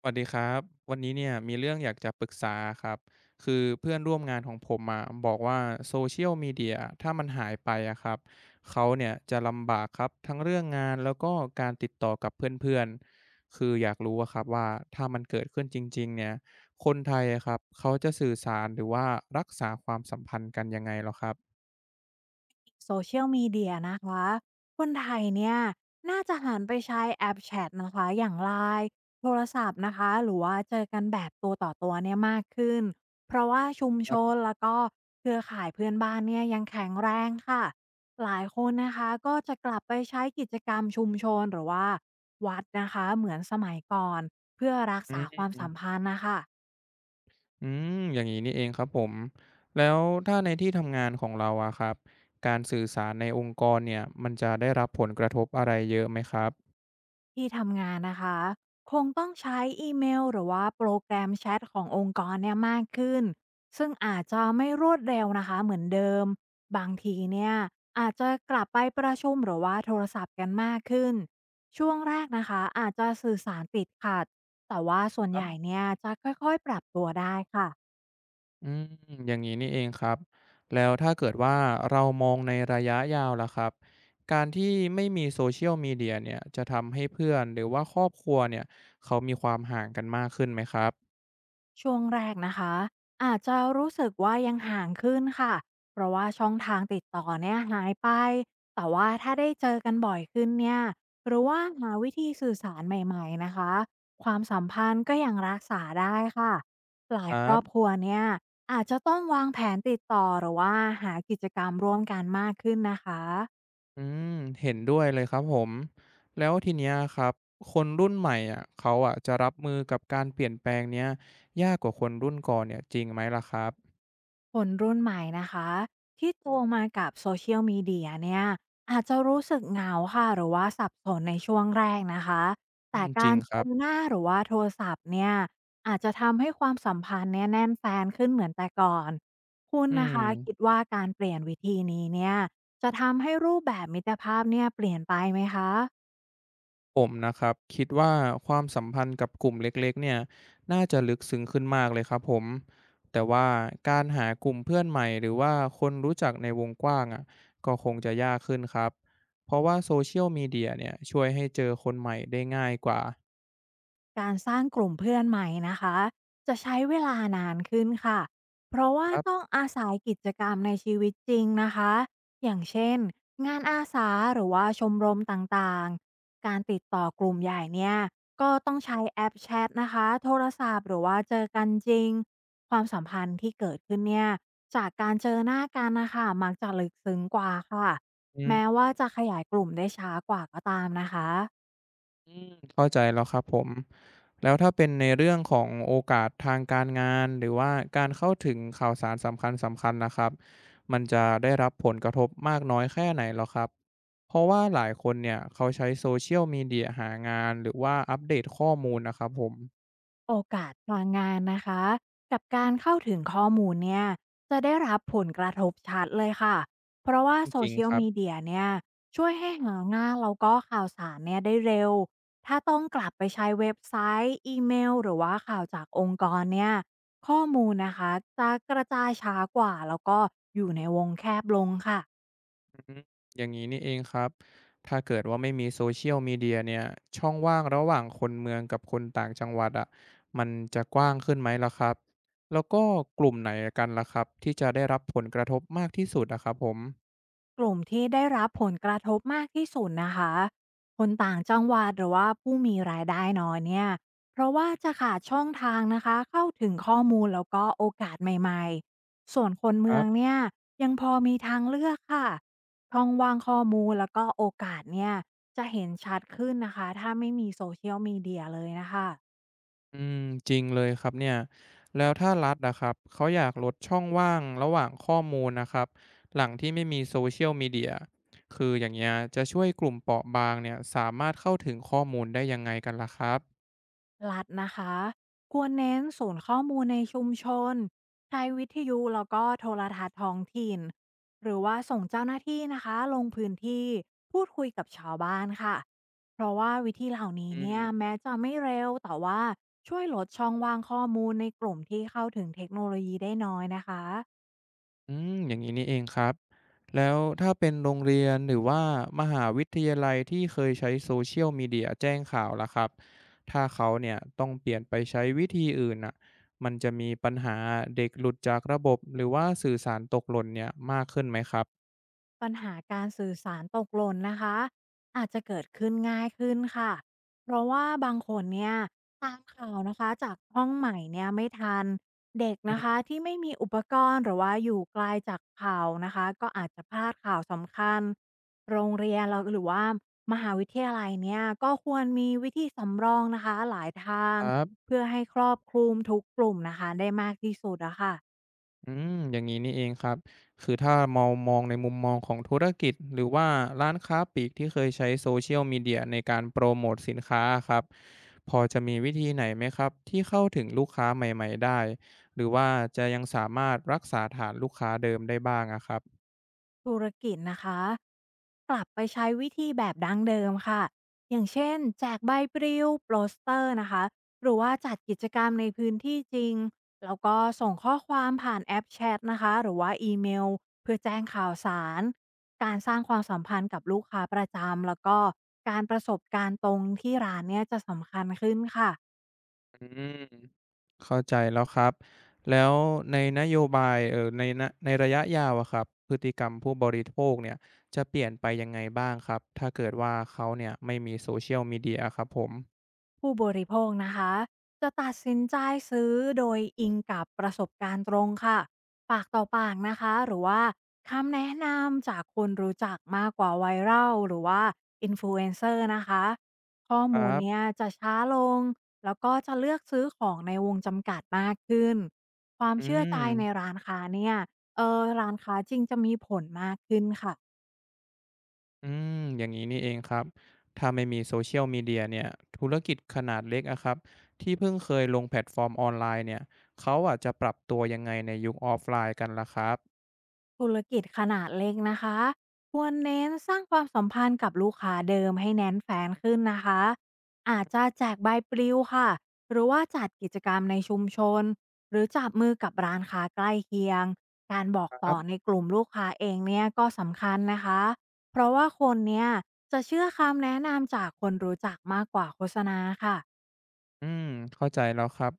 สวัสดีครับวันนี้เนี่ยมีเรื่องอยากจะปรึกษาครับคือเพื่อนร่วมงานของผมอะบอกว่าโซเชียลมีเดียถ้ามันหายไปอะครับเขาเนี่ยจะลำบากครับทั้งเรื่องงานแล้วก็การติดต่อกับเพื่อนๆคืออยากรู้อะครับว่าถ้ามันเกิดขึ้นจริงๆเนี่ยคนไทยอะครับเขาจะสื่อสารหรือว่ารักษาความสัมพันธ์กันยังไงเหรอครับ social media นะคะคนไทยเนี่ยน่าจะหันไปใช้แอปแชทนะคะอย่างไลน์โทรศัพท์นะคะหรือว่าเจอกันแบบตัวต่อตัวเนี่ยมากขึ้นเพราะว่าชุมคชรับนแล้วก็เครือข่ายเพื่อนบ้านเนี่ยยังแข็งแรงค่ะหลายคนนะคะก็จะกลับไปใช้กิจกรรมชุมชนหรือว่าวัดนะคะเหมือนสมัยก่อนเพื่อรักอืษาความสัมพัม นธ์นะคะ อืมอย่างนี้นี่เองครับผมแล้วถ้าในที่ทำงานของเราอะครับการสื่อสารในองค์กรเนี่ยมันจะได้รับผลกระทบอะไรเยอะไหมครับที่ทำงานนะคะคงต้องใช้อีเมลหรือว่าโปรแกรมแชทขององค์กรเนี่ยมากขึ้นซึ่งอาจจะไม่รวดเร็วนะคะเหมือนเดิมบางทีเนี่ยอาจจะกลับไปประชุมหรือว่าโทรศัพท์กันมากขึ้นช่วงแรกนะคะอาจจะสื่อสารติดขัดแต่ว่าส่วนครัใหญ่บเนี่ยจะค่อยๆปรับตัวได้ค่ะ อืมอย่างนี้นี่เองครับแล้วถ้าเกิดว่าเรามองในระยะยาวล่ะครับการที่ไม่มี s o c i ลมีเดี a เนี่ยจะทำให้เพื่อนหรือว่าครอบครัวเนี่ยเขามีความห่างกันมากขึ้นไหมครับช่วงแรกนะคะอาจจะรู้สึกว่ายังห่างขึ้นค่ะเพราะว่าช่องทางติดต่อเนี่ยหายไปแต่ว่าถ้าได้เจอกันบ่อยขึ้นเนี่ยหรือว่าหาวิธีสื่อสารใหม่ๆนะคะความสัมพันธ์ก็ยังรักษาได้ค่ะหลาคยครัรอบครับ วเนี่ยอาจจะต้องวางแผนติดต่อหรือว่าหากิจกรรมร่วมกันมากขึ้นนะคะ อืมเห็นด้วยเลยครับผมแล้วทีเนี้ยครับคนรุ่นใหม่อ่ะเขาอ่ะจะรับมือกับการเปลี่ยนแปลงเนี้ยยากกว่าคนรุ่นก่อนเนี่ยจริงไหมล่ะครับคนรุ่นใหม่นะคะที่โตมากับโซเชียลมีเดียเนี่ยอาจจะรู้สึกเหงาค่ะหรือว่าสับสนในช่วงแรกนะคะอืแต่มจริกางรคเจรับอหน้าหรือว่าโทรศัพท์เนี่ยอาจจะทำให้ความสัมพันธ์เนี่ยแน่นแฟนขึ้นเหมือนแต่ก่อนคุณอืนะมคะคิดว่าการเปลี่ยนวิธีนี้เนี่ยจะทำให้รูปแบบมิตรภาพเนี่ยเปลี่ยนไปไหมคะ ผมนะครับคิดว่าความสัมพันธ์กับกลุ่มเล็กๆเนี่ยน่าจะลึกซึ้งขึ้นมากเลยครับผมแต่ว่าการหากลุ่มเพื่อนใหม่หรือว่าคนรู้จักในวงกว้างอ่ะก็คงจะยากขึ้นครับเพราะว่าโซเชียลมีเดียเนี่ยช่วยให้เจอคนใหม่ได้ง่ายกว่าการสร้างกลุ่มเพื่อนใหม่นะคะจะใช้เวลานานขึ้นค่ะเพราะคว่ารัต้องบอาศัยกิจกรรมในชีวิตจริงนะคะอย่างเช่นงานอาสาหรือว่าชมรมต่างๆการติดต่อกลุ่มใหญ่เนี่ยก็ต้องใช้แอปแชทนะคะโทรศัพท์หรือว่าเจอกันจริงความสัมพันธ์ที่เกิดขึ้นเนี่ยจากการเจอหน้ากันนะคะมักจะลึกซึ้งกว่าค่ะอืแม้ม ว่าจะขยายกลุ่มได้ช้ากว่าก็ตามนะคะ อืมเข้าใจแล้วครับผมแล้วถ้าเป็นในเรื่องของโอกาสทางการงานหรือว่าการเข้าถึงข่าวสารสำคัญๆนะครับมันจะได้รับผลกระทบมากน้อยแค่ไหนเหรอครับเพราะว่าหลายคนเนี่ยเขาใช้โซเชียลมีเดียหางานหรือว่าอัปเดตข้อมูลนะครับผมโอกาสทางงานนะคะกับการเข้าถึงข้อมูลเนี่ยจะได้รับผลกระทบชัดเลยค่ะเพราะอืว่ามโซจริงเชียคลรับ มีเดียเนี่ยช่วยให้หางานแล้วก็ข่าวสารเนี่ยได้เร็วถ้าต้องกลับไปใช้เว็บไซต์อีเมลหรือว่าข่าวจากองค์กรเนี่ยข้อมูลนะคะจะกระจายช้ากว่าแล้วก็อยู่ในวงแคบลงค่ะ อืมอย่างนี้นี่เองครับถ้าเกิดว่าไม่มี Social Media เชียลมีเดียเนี่ยช่องว่างระหว่างคนเมืองกับคนต่างจังหวัดอะมันจะกว้างขึ้นไหมล่ะครับแล้วก็กลุ่มไหนกันล่ะครับที่จะได้รับผลกระทบมากที่สุดอะครับผมกลุ่มที่ได้รับผลกระทบมากที่สุดนะคะคนต่างจังหวัดหรือว่าผู้มีรายได้น้อยเนี่ยเพราะว่าจะขาดช่องทางนะคะเข้าถึงข้อมูลแล้วก็โอกาสใหม่ๆส่วนคนคเมืรัองบเนี่ยยังพอมีทางเลือกค่ะช่องว่างข้อมูลแล้วก็โอกาสเนี่ยจะเห็นชัดขึ้นนะคะถ้าไม่มีโซเชียลมีเดียเลยนะคะ อืมจริงเลยครับเนี่ยแล้วถ้ารัฐอะครับ เขาอยากลดช่องว่างระหว่างข้อมูลนะครับหลังที่ไม่มี Social Media คืออย่างเงี้ยจะช่วยกลุ่มเปราะบางเนี่ยสามารถเข้าถึงข้อมูลได้ยังไงกันล่ะครับรัฐนะคะ ควรเน้นศูนย์ข้อมูลในชุมชน ใช้วิทยุแล้วก็โทรทัศน์ท้องถิ่น หรือว่าส่งเจ้าหน้าที่นะคะลงพื้นที่พูดคุยกับชาวบ้านค่ะ เพราะว่าวิธีเหล่านี้อืม เนี่ยแม้จะไม่เร็วแต่ว่าช่วยลดช่องว่างข้อมูลในกลุ่มที่เข้าถึงเทคโนโลยีได้น้อยนะคะ อืมอย่างนี้นี่เองครับแล้วถ้าเป็นโรงเรียนหรือว่ามหาวิทยาลัยที่เคยใช้ Social Media แจ้งข่าวล่ะครับถ้าเขาเนี่ยต้องเปลี่ยนไปใช้วิธีอื่นน่ะมันจะมีปัญหาเด็กหลุดจากระบบหรือว่าสื่อสารตกหล่นเนี่ยมากขึ้นไหมครับปัญหาการสื่อสารตกหล่นนะคะอาจจะเกิดขึ้นง่ายขึ้นค่ะเพราะว่าบางคนเนี่ยตามข่าวนะคะจากห้องใหม่เนี่ยไม่ทันเด็กอืนะมคะที่ไม่มีอุปกรณ์หรือว่าอยู่ไกลจากข่าวนะคะก็อาจจะพลาดข่าวสำคัญโรงเรียนเราหรือว่ามหาวิทยาลัยเนี่ยก็ควรมีวิธีสำรองนะคะหลายทางครับ เพื่อให้ครอบคลุมทุกกลุ่มนะคะได้มากที่สุดอะค่ะอืมอย่างนี้นี่เองครับคือถ้ามองในมุมมองของธุรกิจหรือว่าร้านค้าปลีกที่เคยใช้โซเชียลมีเดียในการโปรโมตสินค้าครับพอจะมีวิธีไหนไหมครับที่เข้าถึงลูกค้าใหม่ๆได้หรือว่าจะยังสามารถรักษาฐานลูกค้าเดิมได้บ้างอะครับ ธุรกิจนะคะ กลับไปใช้วิธีแบบดั้งเดิมค่ะ อย่างเช่นแจกใบปลิวโปสเตอร์นะคะ หรือว่าจัดกิจกรรมในพื้นที่จริง แล้วก็ส่งข้อความผ่านแอปแชทนะคะ หรือว่าอีเมลเพื่อแจ้งข่าวสาร การสร้างความสัมพันธ์กับลูกค้าประจำแล้วก็การประสบการณ์ตรงที่ร้านเนี่ยจะสำคัญขึ้นค่ะ อืมเข้าใจแล้วครับแล้วในนโยบายในในระยะยาวอะครับพฤติกรรมผู้บริโภคเนี่ยจะเปลี่ยนไปยังไงบ้างครับถ้าเกิดว่าเขาเนี่ยไม่มี Social Media ียลมีเดียครับผมผู้บริโภคนะคะจะตัดสินใจซื้อโดยอิงกับประสบการณ์ตรงค่ะปากต่อปากนะคะหรือว่าคำแนะนำจากคนรู้จักมากกว่าไวรัลหรือว่าอินฟลูเอนเซอร์นะคะข้อคมูรัลบเนี่ยจะช้าลงแล้วก็จะเลือกซื้อของในวงจำกัดมากขึ้นความอืเชื่อมใจในร้านค้าเนี่ยร้านค้าจริงจะมีผลมากขึ้นค่ะ อืมอย่างนี้นี่เองครับถ้าไม่มี Social Media เชียลมีเดียเนี่ยธุรกิจขนาดเล็กอะครับที่เพิ่งเคยลงแพลตฟอร์มออนไลน์เนี่ยเขาอาจจะปรับตัวยังไงในยุคออฟไลน์กันล่ะครับธุรกิจขนาดเล็กนะคะควรเน้นสร้างความสัมพันธ์กับลูกค้าเดิมให้แน้นแฟนขึ้นนะคะอาจจะแจกใบปลิวค่ะหรือว่าจัดกิจกรรมในชุมชนหรือจับมือกับร้านค้าใกล้เคียงการบอกครัต่อในบ กลุ่มลูกค้าเองเนี่ยก็สำคัญนะคะเพราะว่าคนเนี่ยจะเชื่อคำแนะนำจากคนรู้จักมากกว่าโฆษณาค่ะ อืมเข้าใจแล้วครับ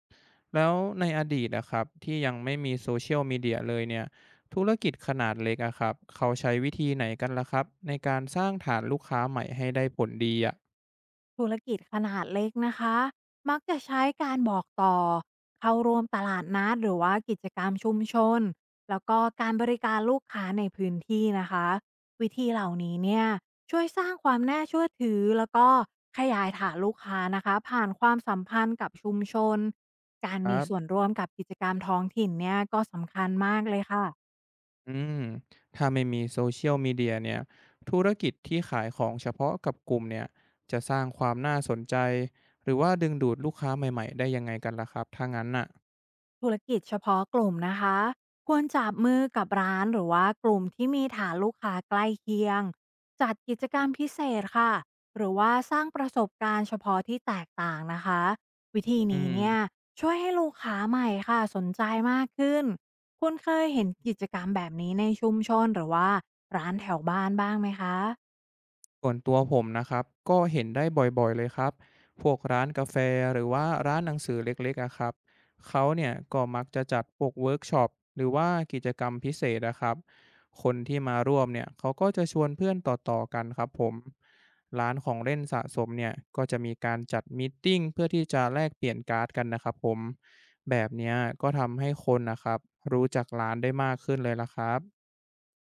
แล้วในอดีตอะครับที่ยังไม่มี Social Media เชียลมีเดียเลยเนี่ยธุรกิจขนาดเล็กอะครับเขาใช้วิธีไหนกันล่ะครับในการสร้างฐานลูกค้าใหม่ให้ได้ผลดีอะธุรกิจขนาดเล็กนะคะมักจะใช้การบอกต่อเข้าร่วมตลาดนัดหรือว่ากิจกรรมชุมชนแล้วก็การบริการลูกค้าในพื้นที่นะคะวิธีเหล่านี้เนี่ยช่วยสร้างความน่าเชื่อถือแล้วก็ขยายฐานลูกค้านะคะผ่านความสัมพันธ์กับชุมชนการคมีรัส่วนบร่วมกับกิจกรรมท้องถิ่นเนี่ยก็สำคัญมากเลยค่ะ อืมถ้าไม่มี Social Media เชียลมีเดียเนี่ยธุรกิจที่ขายของเฉพาะกับกลุ่มเนี่ยจะสร้างความน่าสนใจหรือว่าดึงดูดลูกค้าใหม่ๆได้ยังไงกันล่ะครับถ้างั้นน่ะธุรกิจเฉพาะกลุ่มนะคะควรจับมือกับร้านหรือว่ากลุ่มที่มีฐานลูกค้าใกล้เคียงจัดกิจกรรมพิเศษค่ะหรือว่าสร้างประสบการณ์เฉพาะที่แตกต่างนะคะวิธีอืนี้ม เนี่ยช่วยให้ลูกค้าใหม่ค่ะสนใจมากขึ้นคุณเคยเห็นกิจกรรมแบบนี้ในชุมชนหรือว่าร้านแถวบ้านบ้างไหมคะ ส่วนตัวผมนะครับก็เห็นได้บ่อยๆเลยครับพวกร้านกาแฟหรือว่าร้านหนังสือเล็กๆอะครับเขาเนี่ยก็มักจะจัดพวกเวิร์กช็อปหรือว่ากิจกรรมพิเศษนะครับคนที่มาร่วมเนี่ยเขาก็จะชวนเพื่อนต่อๆกันครับผมร้านของเล่นสะสมเนี่ยก็จะมีการจัดมีตติ้งเพื่อที่จะแลกเปลี่ยนการ์ดกันนะครับผมแบบเนี้ยก็ทำให้คนนะครับรู้จักร้านได้มากขึ้นเลยละครับ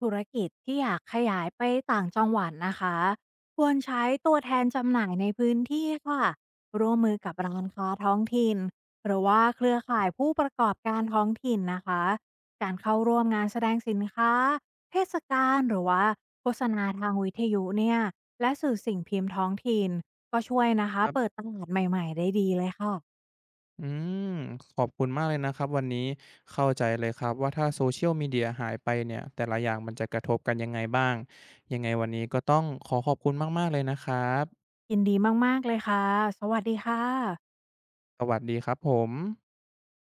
ธุรกิจที่อยากขยายไปต่างจังหวัดนะคะควรใช้ตัวแทนจำหน่ายในพื้นที่ค่ะร่วมมือกับร้านค้าท้องถิ่นหรือว่าเครือข่ายผู้ประกอบการท้องถิ่นนะคะการเข้าร่วมงานแสดงสินค้าเทศกาลหรือว่าโฆษณาทางวิทยุเนี่ยและสื่อสิ่งพิมพ์ท้องถิ่นก็ช่วยนะคะเปิดตลาดใหม่ๆได้ดีเลยค่ะอืมขอบคุณมากเลยนะครับวันนี้เข้าใจเลยครับว่าถ้า Social Media หายไปเนี่ยแต่ละอย่างมันจะกระทบกันยังไงบ้างยังไงวันนี้ก็ต้องขอขอบคุณมากๆเลยนะครับยินดีมากๆเลยค่ะสวัสดีค่ะสวัสดีครับผม